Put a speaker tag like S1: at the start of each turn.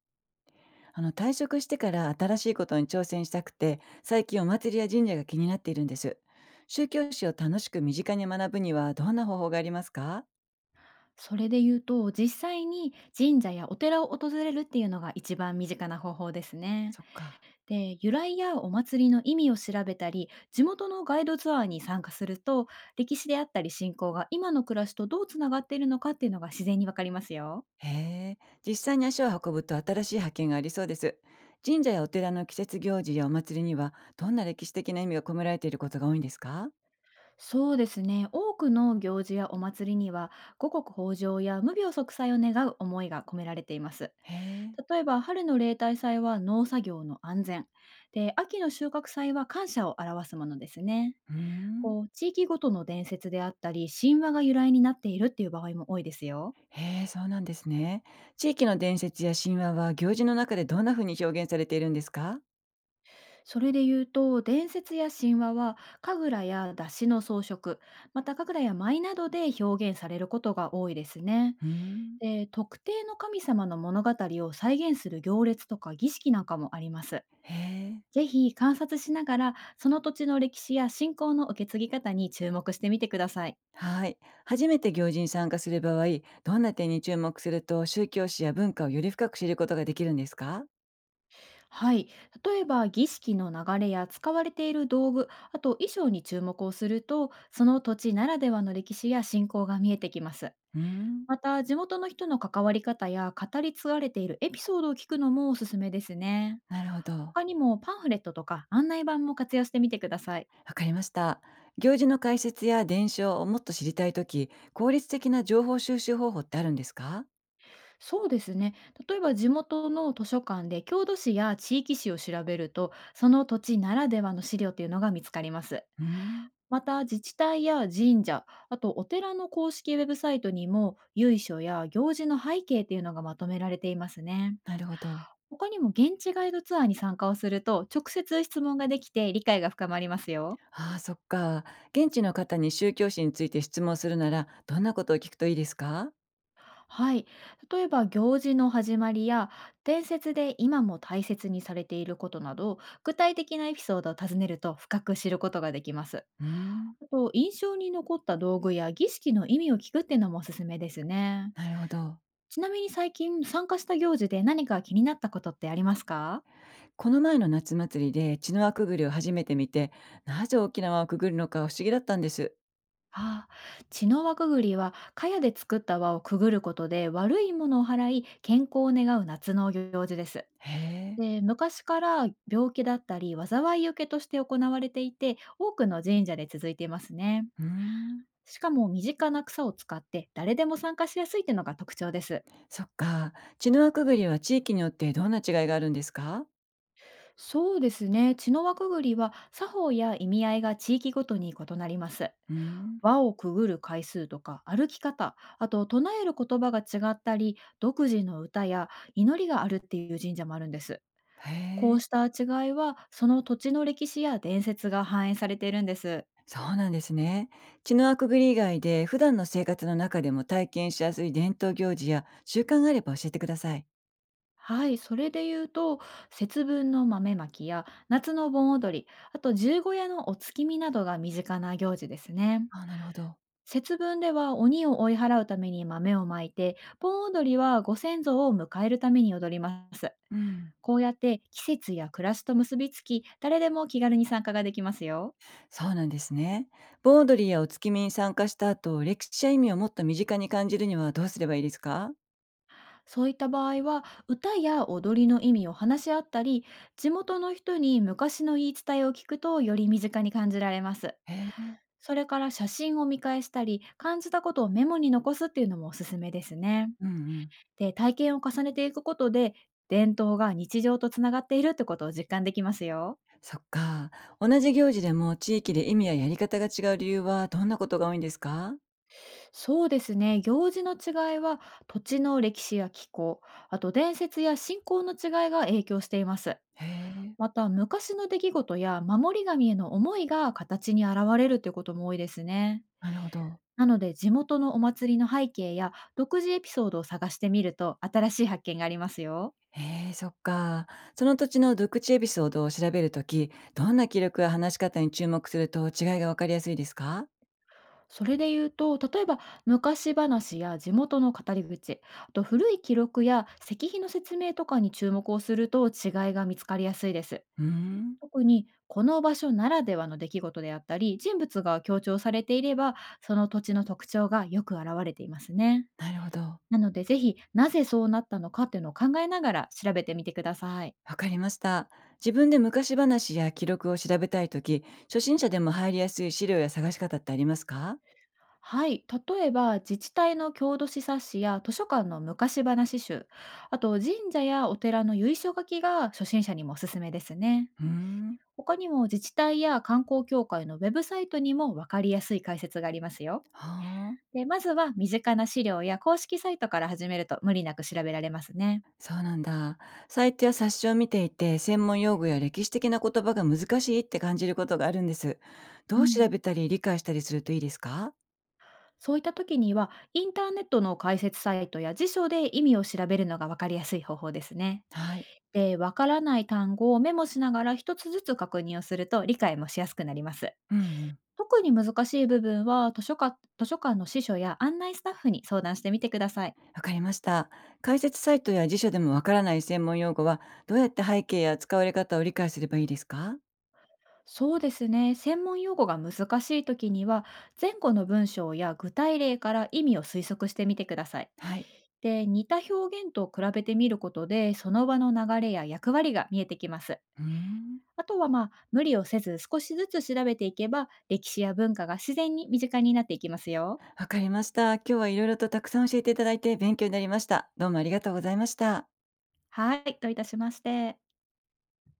S1: あの、退職してから新しいことに挑戦したくて、最近お祭りや神社が気になっているんです。宗教史を楽しく身近に学ぶにはどんな方法がありますか？
S2: それで言うと、実際に神社やお寺を訪れるっていうのが一番身近な方法ですね。
S1: そっか。
S2: で、由来やお祭りの意味を調べたり、地元のガイドツアーに参加すると、歴史であったり信仰が今の暮らしとどうつながっているのかっていうのが自然にわかりますよ。
S1: へえ、実際に足を運ぶと新しい発見がありそうです。神社やお寺の季節行事やお祭りにはどんな歴史的な意味が込められていることが多いんですか？
S2: そうですね。多くの行事やお祭りには、五穀豊穣や無病息災を願う思いが込められています。
S1: へえ。
S2: 例えば、春の例大祭は農作業の安全。で、秋の収穫祭は感謝を表すものですね。
S1: うーん。
S2: こう、地域ごとの伝説であったり、神話が由来になっているっていう場合も多いですよ。
S1: へえ、そうなんですね。地域の伝説や神話は行事の中でどんな風に表現されているんですか？
S2: それで言うと、伝説や神話は、神楽や出汁の装飾、また神楽や舞などで表現されることが多いですね。
S1: うーん。
S2: で、特定の神様の物語を再現する行列とか儀式なんかもあります。
S1: へえ。
S2: ぜひ観察しながら、その土地の歴史や信仰の受け継ぎ方に注目してみてください。
S1: はい。初めて行事に参加する場合、どんな点に注目すると宗教史や文化をより深く知ることができるんですか？
S2: はい。例えば、儀式の流れや使われている道具、あと衣装に注目をすると、その土地ならではの歴史や信仰が見えてきます。
S1: うーん。
S2: また、地元の人の関わり方や語り継がれているエピソードを聞くのもおすすめですね。
S1: なるほど。
S2: 他にもパンフレットとか案内板も活用してみてください。
S1: わかりました。行事の解説や伝承をもっと知りたいとき、効率的な情報収集方法ってあるんですか？
S2: そうですね。例えば地元の図書館で郷土史や地域史を調べると、その土地ならではの資料というのが見つかります。
S1: うーん。
S2: また自治体や神社、あとお寺の公式ウェブサイトにも由緒や行事の背景というのがまとめられていますね。
S1: なるほど。
S2: 他にも現地ガイドツアーに参加をすると直接質問ができて理解が深まりますよ。
S1: ああ、そっか。現地の方に宗教史について質問するなら、どんなことを聞くといいですか？
S2: はい。例えば行事の始まりや伝説で今も大切にされていることなど、具体的なエピソードを尋ねると深く知ることができます。
S1: うーん。
S2: あと印象に残った道具や儀式の意味を聞くっていうのもおすすめですね。
S1: なるほど。
S2: ちなみに最近参加した行事で何か気になったことってありますか？
S1: この前の夏祭りで血の輪くぐりを初めて見て、なぜ沖縄をくぐるのか不思議だったんです。
S2: ああ、血の輪くぐりは茅で作った輪をくぐることで悪いものを払い健康を願う夏の行事です。
S1: へえ。
S2: で、昔から病気だったり災いよけとして行われていて、多くの神社で続いていますね。
S1: うーん。
S2: しかも身近な草を使って誰でも参加しやすいというのが特徴です。
S1: そっか。血の輪くぐりは地域によってどんな違いがあるんですか？
S2: そうですね。血の輪くぐりは作法や意味合いが地域ごとに異なります。
S1: うーん。
S2: 輪をくぐる回数とか歩き方、あと唱える言葉が違ったり、独自の歌や祈りがあるっていう神社もあるんです。
S1: へ
S2: こう
S1: え。
S2: した違いはその土地の歴史や伝説が反映されているんです。
S1: そうなんですね。血の輪くぐり以外で普段の生活の中でも体験しやすい伝統行事や習慣があれば教えてください。
S2: はい、それで言うと、節分の豆まきや夏の盆踊り、あと十五夜のお月見などが身近な行事ですね。
S1: あ、なるほど。
S2: 節分では鬼を追い払うために豆をまいて、盆踊りはご先祖を迎えるために踊ります。
S1: うん。
S2: こうやって季節や暮らしと結びつき、誰でも気軽に参加ができますよ。
S1: そうなんですね。盆踊りやお月見に参加した後、歴史や意味をもっと身近に感じるにはどうすればいいですか？
S2: そういった場合は、歌や踊りの意味を話し合ったり、地元の人に昔の言い伝えを聞くとより身近に感じられます。
S1: へえ。
S2: それから写真を見返したり、感じたことをメモに残すっていうのもおすすめですね。
S1: うんうん。
S2: で、体験を重ねていくことで、伝統が日常とつながっているってことを実感できますよ。
S1: そっか。同じ行事でも地域で意味ややり方が違う理由はどんなことが多いんですか？
S2: そうですね。行事の違いは、土地の歴史や気候、あと伝説や信仰の違いが影響しています。
S1: へえ。
S2: また、昔の出来事や守り神への思いが形に現れるってことも多いですね。
S1: なるほど。
S2: なので、地元のお祭りの背景や独自エピソードを探してみると、新しい発見がありますよ。
S1: へえ、そっか。その土地の独地エピソードを調べるとき、どんな記録や話し方に注目すると違いがわかりやすいですか？
S2: それで言うと、例えば昔話や地元の語り口、あと古い記録や石碑の説明とかに注目をすると違いが見つかりやすいです。
S1: うーん。
S2: 特にこの場所ならではの出来事であったり、人物が強調されていれば、その土地の特徴がよく現れていますね。
S1: なるほど。
S2: なので、ぜひなぜそうなったのかっていうのを考えながら調べてみてください。
S1: わかりました。自分で昔話や記録を調べたいとき、初心者でも入りやすい資料や探し方ってありますか？
S2: はい。例えば、自治体の郷土史冊子や図書館の昔話集、あと神社やお寺の由緒書きが初心者にもおすすめですね。
S1: うーん。
S2: 他にも自治体や観光協会のウェブサイトにも分かりやすい解説がありますよ。
S1: はあ。
S2: で、まずは身近な資料や公式サイトから始めると無理なく調べられますね。
S1: そうなんだ。サイトや冊子を見ていて、専門用語や歴史的な言葉が難しいって感じることがあるんです。ど
S2: う
S1: う調
S2: ん。
S1: べたり理解したりするといいですか？
S2: そういった時には、インターネットの解説サイトや辞書で意味を調べるのが分かりやすい方法ですね。
S1: はい。
S2: で、わからない単語をメモしながら一つずつ確認をすると理解もしやすくなります。
S1: うんうん。
S2: 特に難しい部分は図書館の司書や案内スタッフに相談してみてください。
S1: わかりました。解説サイトや辞書でもわからない専門用語は、どうやって背景や使われ方を理解すればいいですか？
S2: そうですね。専門用語が難しい時には、前後の文章や具体例から意味を推測してみてください。
S1: はい。
S2: で、似た表現と比べてみることで、その場の流れや役割が見えてきます。
S1: うーん。
S2: あとはまあ、無理をせず少しずつ調べていけば、歴史や文化が自然に身近になっていきますよ。
S1: わかりました。今日はいろいろとたくさん教えていただいて勉強になりました。どうもありがとうございました。
S2: はい、どういたしまして。